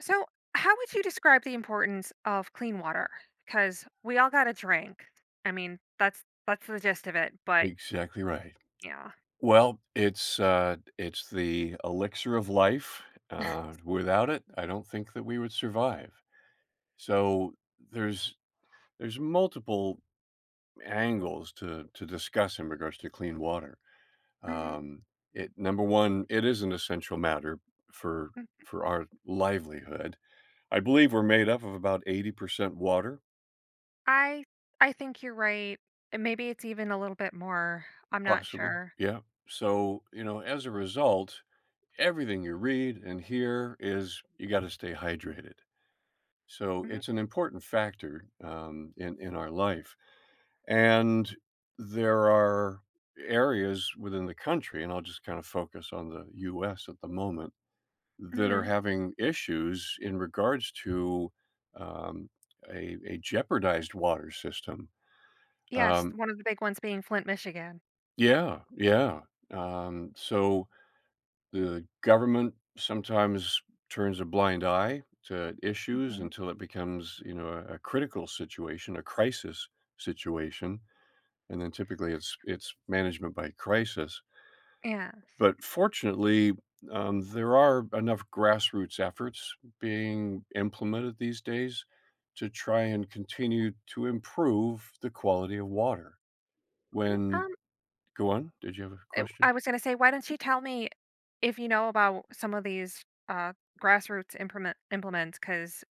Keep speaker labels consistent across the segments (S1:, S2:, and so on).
S1: So, how would you describe the importance of clean water? Because we all got to drink. I mean, that's the gist of it. But
S2: Exactly right.
S1: yeah,
S2: Well, it's the elixir of life. Without it, I don't think that we would survive. So there's there's multiple angles to discuss in regards to clean water.
S1: hmm
S2: Um, it is an essential matter for for our livelihood. I believe we're made up of about 80% water,
S1: I I think you're right. And maybe it's even a little bit more. I'm not
S2: possibly.
S1: sure.
S2: Yeah. So, you know, as a result, everything you read and hear is you got to stay hydrated. So
S1: hmm
S2: it's an important factor in our life, and there are areas within the country, and I'll just kind of focus on the U.S. at the moment that are
S1: hmm
S2: having issues in regards to um, a jeopardized water system.
S1: Yes,
S2: Um,
S1: one of the big ones being Flint, Michigan.
S2: yeah. So the government sometimes turns a blind eye to issues
S1: hmm
S2: until it becomes, you know, a critical situation, a crisis situation, and then typically it's management by crisis.
S1: Yes.
S2: But fortunately, there are enough grassroots efforts being implemented these days to try and continue to improve the quality of water. When
S1: Um,
S2: Go on, did you have a
S1: I
S2: question?
S1: I was gonna say, why don't you tell me if you know about some of these uh grassroots implements? Because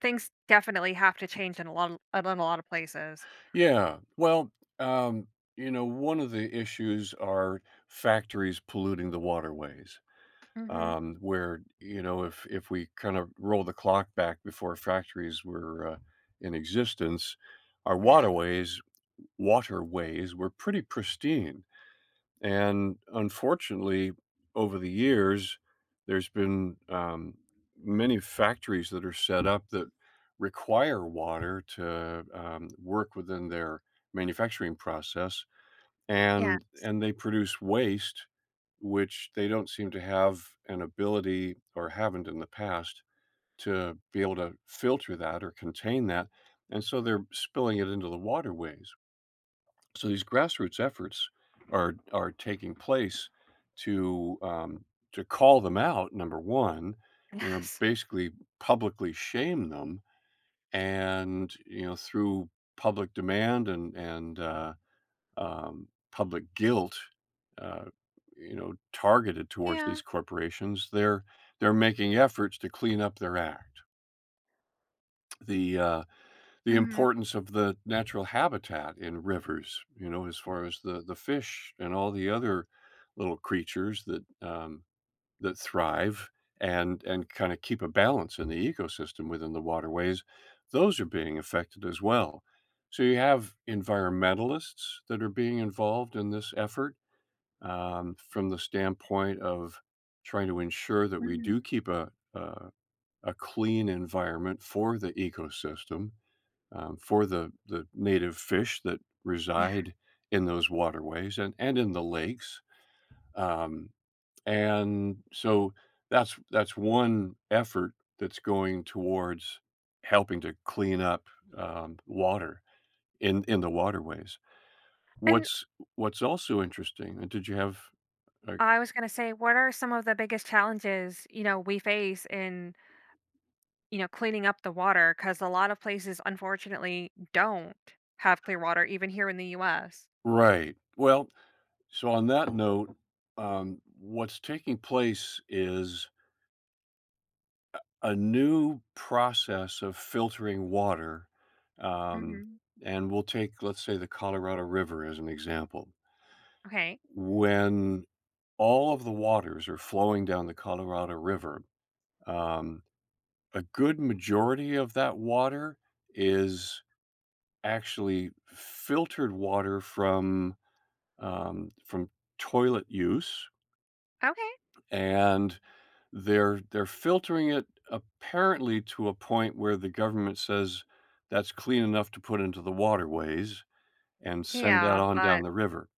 S1: things definitely have to change in a lot of places.
S2: Yeah. Well, um, you know, one of the issues are factories polluting the waterways.
S1: Mhm.
S2: Where you know, if we kind of roll the clock back before factories were in existence, our waterways were pretty pristine. And unfortunately, over the years, there's been many factories that are set up that require water to work within their manufacturing process,
S1: Yeah.
S2: and they produce waste, which they don't seem to have an ability or haven't in the past to be able to filter that or contain that, and so they're spilling it into the waterways. So these grassroots efforts are taking place to um, to call them out. Number one, you know,
S1: Yes.
S2: basically publicly shame them, and you know, through public demand and public guilt, uh, you know, targeted towards
S1: Yeah.
S2: these corporations, they're making efforts to clean up their act. The uh, the
S1: Mhm.
S2: importance of the natural habitat in rivers, you know, as far as the fish and all the other little creatures that that thrive and kind of keep a balance in the ecosystem within the waterways, those are being affected as well. So you have environmentalists that are being involved in this effort from the standpoint of trying to ensure that we do
S1: Mhm.
S2: keep a clean environment for the ecosystem for the native fish that
S1: Yeah.
S2: reside in those waterways and in the lakes. Um, and so that's one effort that's going towards helping to clean up water in the waterways.
S1: And
S2: What's what's also interesting? And did you have a,
S1: I was gonna say, what are some of the biggest challenges, we face in, cleaning up the water? Because a lot of places, unfortunately, don't have clear water, even here in the US.
S2: Right? Well, so on that note, um, what's taking place is a new process of filtering water, um,
S1: Mhm.
S2: and we'll take, let's say, the Colorado River as an example.
S1: Okay.
S2: When all of the waters are flowing down the Colorado River, um, a good majority of that water is actually filtered water from toilet use,
S1: Okay.
S2: and they're filtering it apparently to a point where the government says that's clean enough to put into the waterways and send that
S1: Yeah,
S2: on down
S1: but
S2: the river.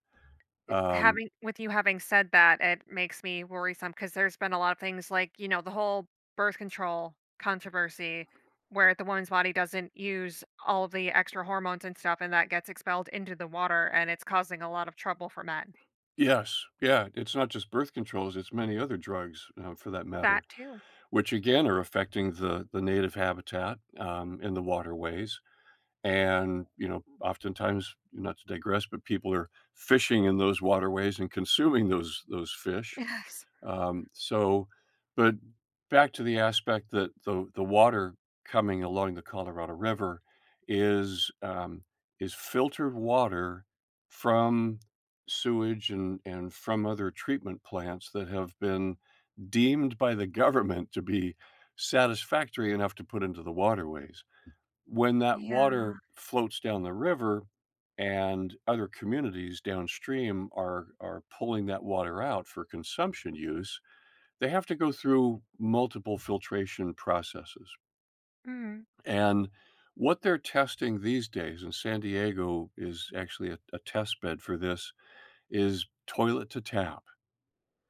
S2: Um,
S1: having with you having said that, it makes me worrisome because there's been a lot of things like, the whole birth control controversy where the woman's body doesn't use all of the extra hormones and stuff, and that gets expelled into the water, and it's causing a lot of trouble for men.
S2: yes, yeah, it's not just birth controls, it's many other drugs, for that matter,
S1: That too.
S2: which again are affecting the native habitat, in the waterways. And, you know, oftentimes, not to digress, but people are fishing in those waterways and consuming those fish.
S1: Yes.
S2: Um, so, but back to the aspect that the water coming along the Colorado River is um, is filtered water from sewage and from other treatment plants that have been deemed by the government to be satisfactory enough to put into the waterways. When that
S1: Yeah.
S2: water floats down the river and other communities downstream are pulling that water out for consumption use, they have to go through multiple filtration processes.
S1: Mm.
S2: And what they're testing these days, and San Diego is actually a test bed for this, is toilet to tap.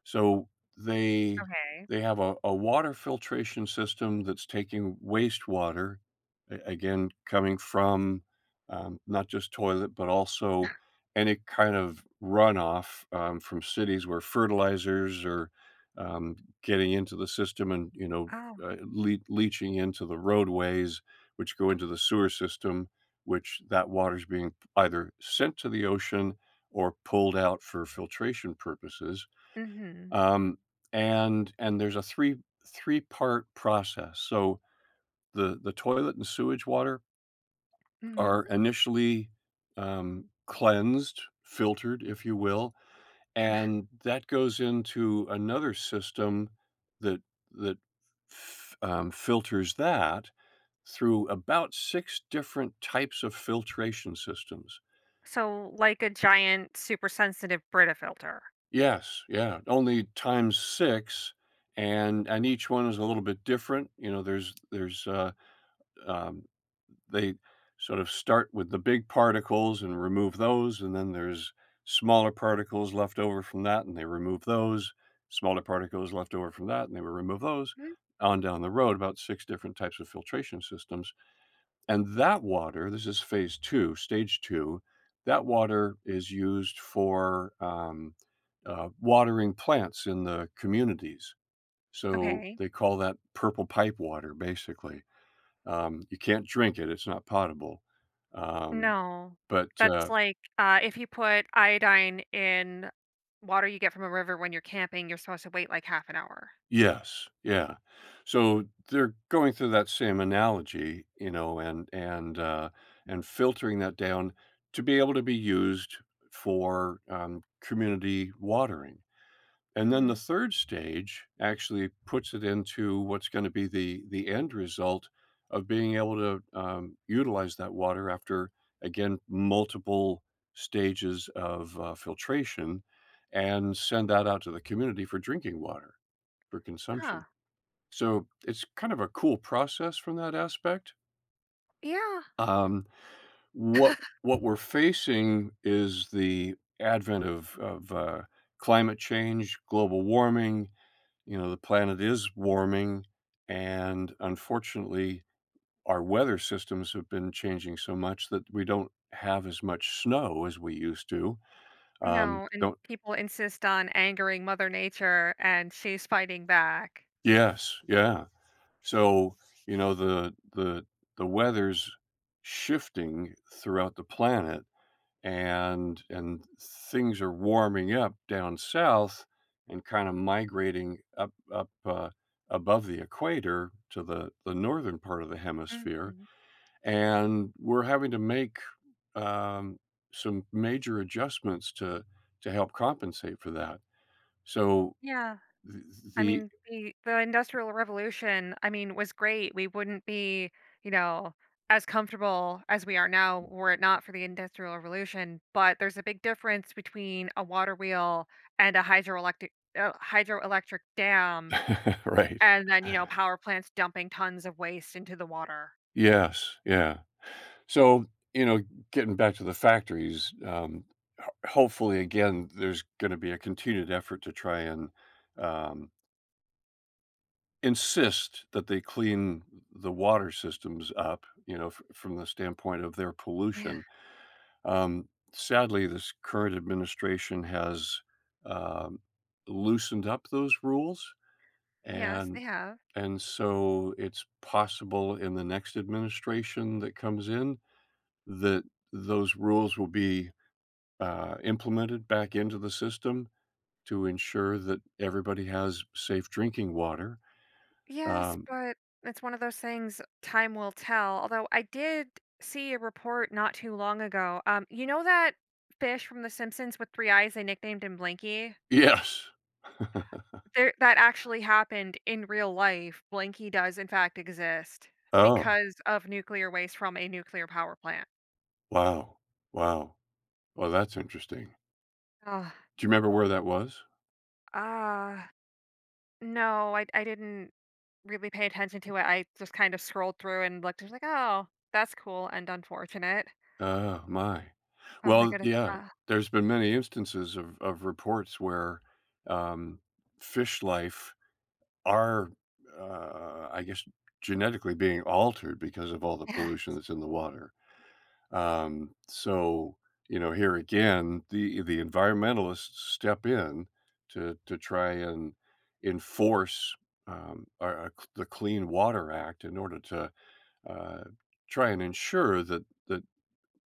S2: So they
S1: Okay.
S2: they have a water filtration system that's taking wastewater, again coming from not just toilet but also any kind of runoff from cities where fertilizers are um, getting into the system, and you know
S1: Oh.
S2: leaching into the roadways, which go into the sewer system, which that water is being either sent to the ocean or pulled out for filtration purposes.
S1: Mhm.
S2: um, and there's a three-part process. So the toilet and sewage water
S1: Mhm.
S2: are initially, cleansed, filtered, if you will, and that goes into another system that that f filters that through about 6 different types of filtration systems.
S1: So like a giant super sensitive Brita filter.
S2: Yes, yeah, only times 6, and each one is a little bit different. You know, there's, um, they sort of start with the big particles and remove those, and then there's smaller particles left over from that, and they remove those. Smaller particles left over from that, and they will remove those.
S1: Mm.
S2: On down the road, about six different types of filtration systems. And that water, this is phase two, stage two, that water is used for watering plants in the communities. So
S1: Okay.
S2: they call that purple pipe water, basically you can't drink it, it's not potable. Um,
S1: No.
S2: but,
S1: That's
S2: uh
S1: like, if you put iodine in water you get from a river when you're camping, you're supposed to wait like half an hour.
S2: Yes, yeah. So they're going through that same analogy, you know, and filtering that down to be able to be used for, community watering. And then the
S1: Mhm.
S2: third stage actually puts it into what's going to be the end result of being able to utilize that water after again multiple stages of filtration, and send that out to the community for drinking water for consumption.
S1: Huh.
S2: So it's kind of a cool process from that aspect.
S1: Yeah.
S2: Um, what what we're facing is the advent of climate change, global warming, you know, the planet is warming, and unfortunately, our weather systems have been changing so much that we don't have as much snow as we used to.
S1: No, and
S2: Don't
S1: people insist on angering Mother Nature, and she's fighting back.
S2: Yes, yeah. So, you know, the weather's shifting throughout the planet and things are warming up down south and kind of migrating up above the equator to the northern part of the hemisphere,
S1: Mhm.
S2: and we're having to make um, some major adjustments to help compensate for that. So
S1: Yeah.
S2: th-
S1: I
S2: the
S1: mean, the Industrial Revolution, I mean, was great. We wouldn't be, you know, as comfortable as we are now were it not for the Industrial Revolution. But there's a big difference between a water wheel and a hydroelectric dam,
S2: right,
S1: and then you know power plants dumping tons of waste into the water.
S2: yes, yeah. So you know, getting back to the factories, hopefully again, there's going to be a continued effort to try and um, insist that they clean the water systems up. You know, from the standpoint of their
S1: Yeah.
S2: pollution. Um, Sadly, this current administration has um, loosened up those rules,
S1: Yes, they
S2: and
S1: have.
S2: so it's possible in the next administration that comes in that those rules will be implemented back into the system to ensure that everybody has safe drinking water.
S1: Yes,
S2: Um,
S1: but it's one of those things, time will tell. Although I did see a report not too long ago. You know that fish from The Simpsons with three eyes they nicknamed him Blinky?
S2: yes.
S1: There, that actually happened in real life. Blinky does in fact exist
S2: Oh,
S1: because of nuclear waste from a nuclear power plant.
S2: wow, wow. Well, that's interesting.
S1: Ugh.
S2: Do you remember where that was?
S1: Uh no, I didn't really pay attention to it. I just kind of scrolled through and looked. I was like, oh, that's cool and unfortunate.
S2: Oh, my.
S1: Oh my
S2: Well,
S1: goodness.
S2: yeah, there's been many instances of reports where, um, fish life are, I guess, genetically being altered because of all the pollution that's in the water. Um, so, you know, here again, the environmentalists step in to try and enforce, um, our, uh, the Clean Water Act in order to, uh, try and ensure that the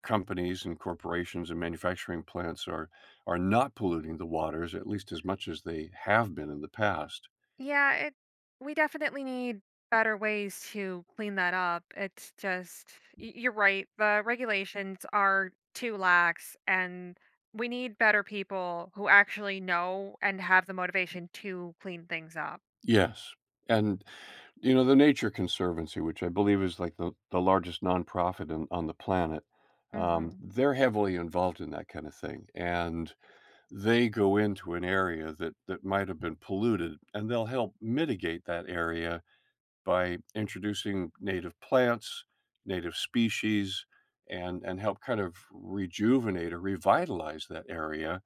S2: companies and corporations and manufacturing plants are not polluting the waters at least as much as they have been in the past.
S1: Yeah, it we definitely need better ways to clean that up. It's just you're right. The regulations are too lax, and we need better people who actually know and have the motivation to clean things up.
S2: Yes. And you know, the Nature Conservancy, which I believe is like the largest nonprofit in, on the planet,
S1: Mhm.
S2: they're heavily involved in that kind of thing. And they go into an area that might have been polluted, and they'll help mitigate that area by introducing native plants, native species, and help kind of rejuvenate or revitalize that area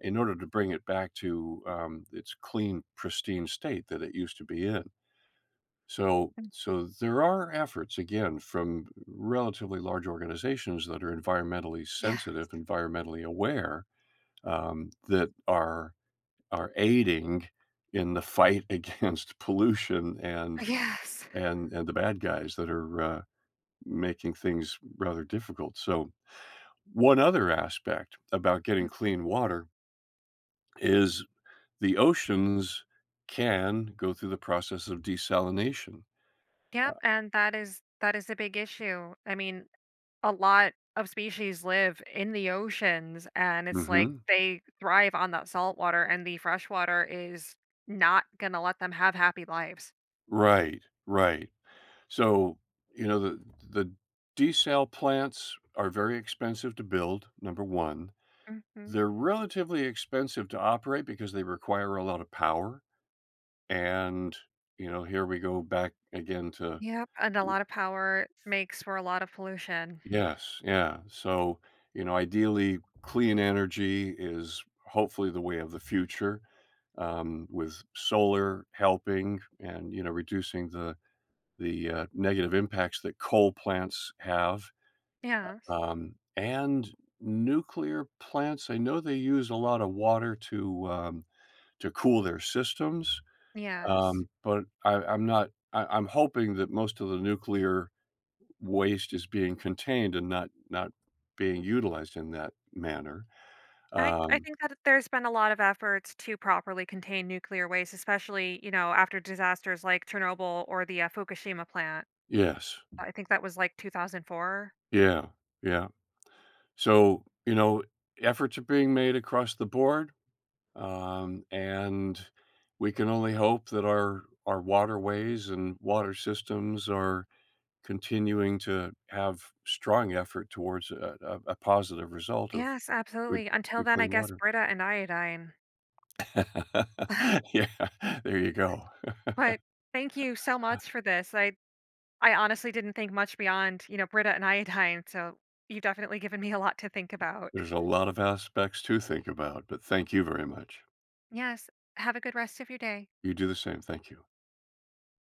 S2: in order to bring it back to its clean, pristine state that it used to be in. So there are efforts again from relatively large organizations that are environmentally
S1: Yeah.
S2: sensitive, environmentally aware, that are aiding in the fight against pollution and
S1: Yes.
S2: the bad guys that are making things rather difficult. So one other aspect about getting
S1: Mhm.
S2: clean water is the oceans can go through the process of desalination.
S1: Yep, and that is a big issue. I mean, a lot of species live in the oceans and it's like
S2: Hmm.
S1: they thrive on that salt water, and the freshwater is not going to let them have happy lives.
S2: Right, right. So you know the desal plants are very expensive to build. Number one,
S1: hmm
S2: they're relatively expensive to operate because they require a lot of power. And you know, here we go back again to
S1: Yep. And a lot of power makes for a lot of pollution.
S2: yes, yeah. So, you know, ideally, clean energy is hopefully the way of the future, with solar helping, and, you know, reducing the negative impacts that coal plants have,
S1: Yes.
S2: and nuclear plants. I know they use a lot of water to cool their systems,
S1: Yes.
S2: but I'm not. I'm hoping that most of the nuclear waste is being contained and not being utilized in that manner.
S1: I
S2: Um,
S1: think that there's been a lot of efforts to properly contain nuclear waste, especially, after disasters like Chernobyl or the Fukushima plant.
S2: yes.
S1: I think that was like 2004.
S2: Yeah, yeah. So, you know, efforts are being made across the board, and we can only hope that our waterways and water systems are continuing to have strong effort towards a positive result of
S1: Yes,
S2: good
S1: absolutely. Until
S2: good
S1: then, I
S2: clean
S1: guess
S2: water.
S1: Brita and iodine.
S2: Yeah, there you go.
S1: But thank you so much for this. I honestly didn't think much beyond, you know, Brita and iodine, so you've definitely given me a lot to think about.
S2: There's a lot of aspects to think about, but thank you very much.
S1: Yes. Have a good rest of your day.
S2: You do the same. Thank you.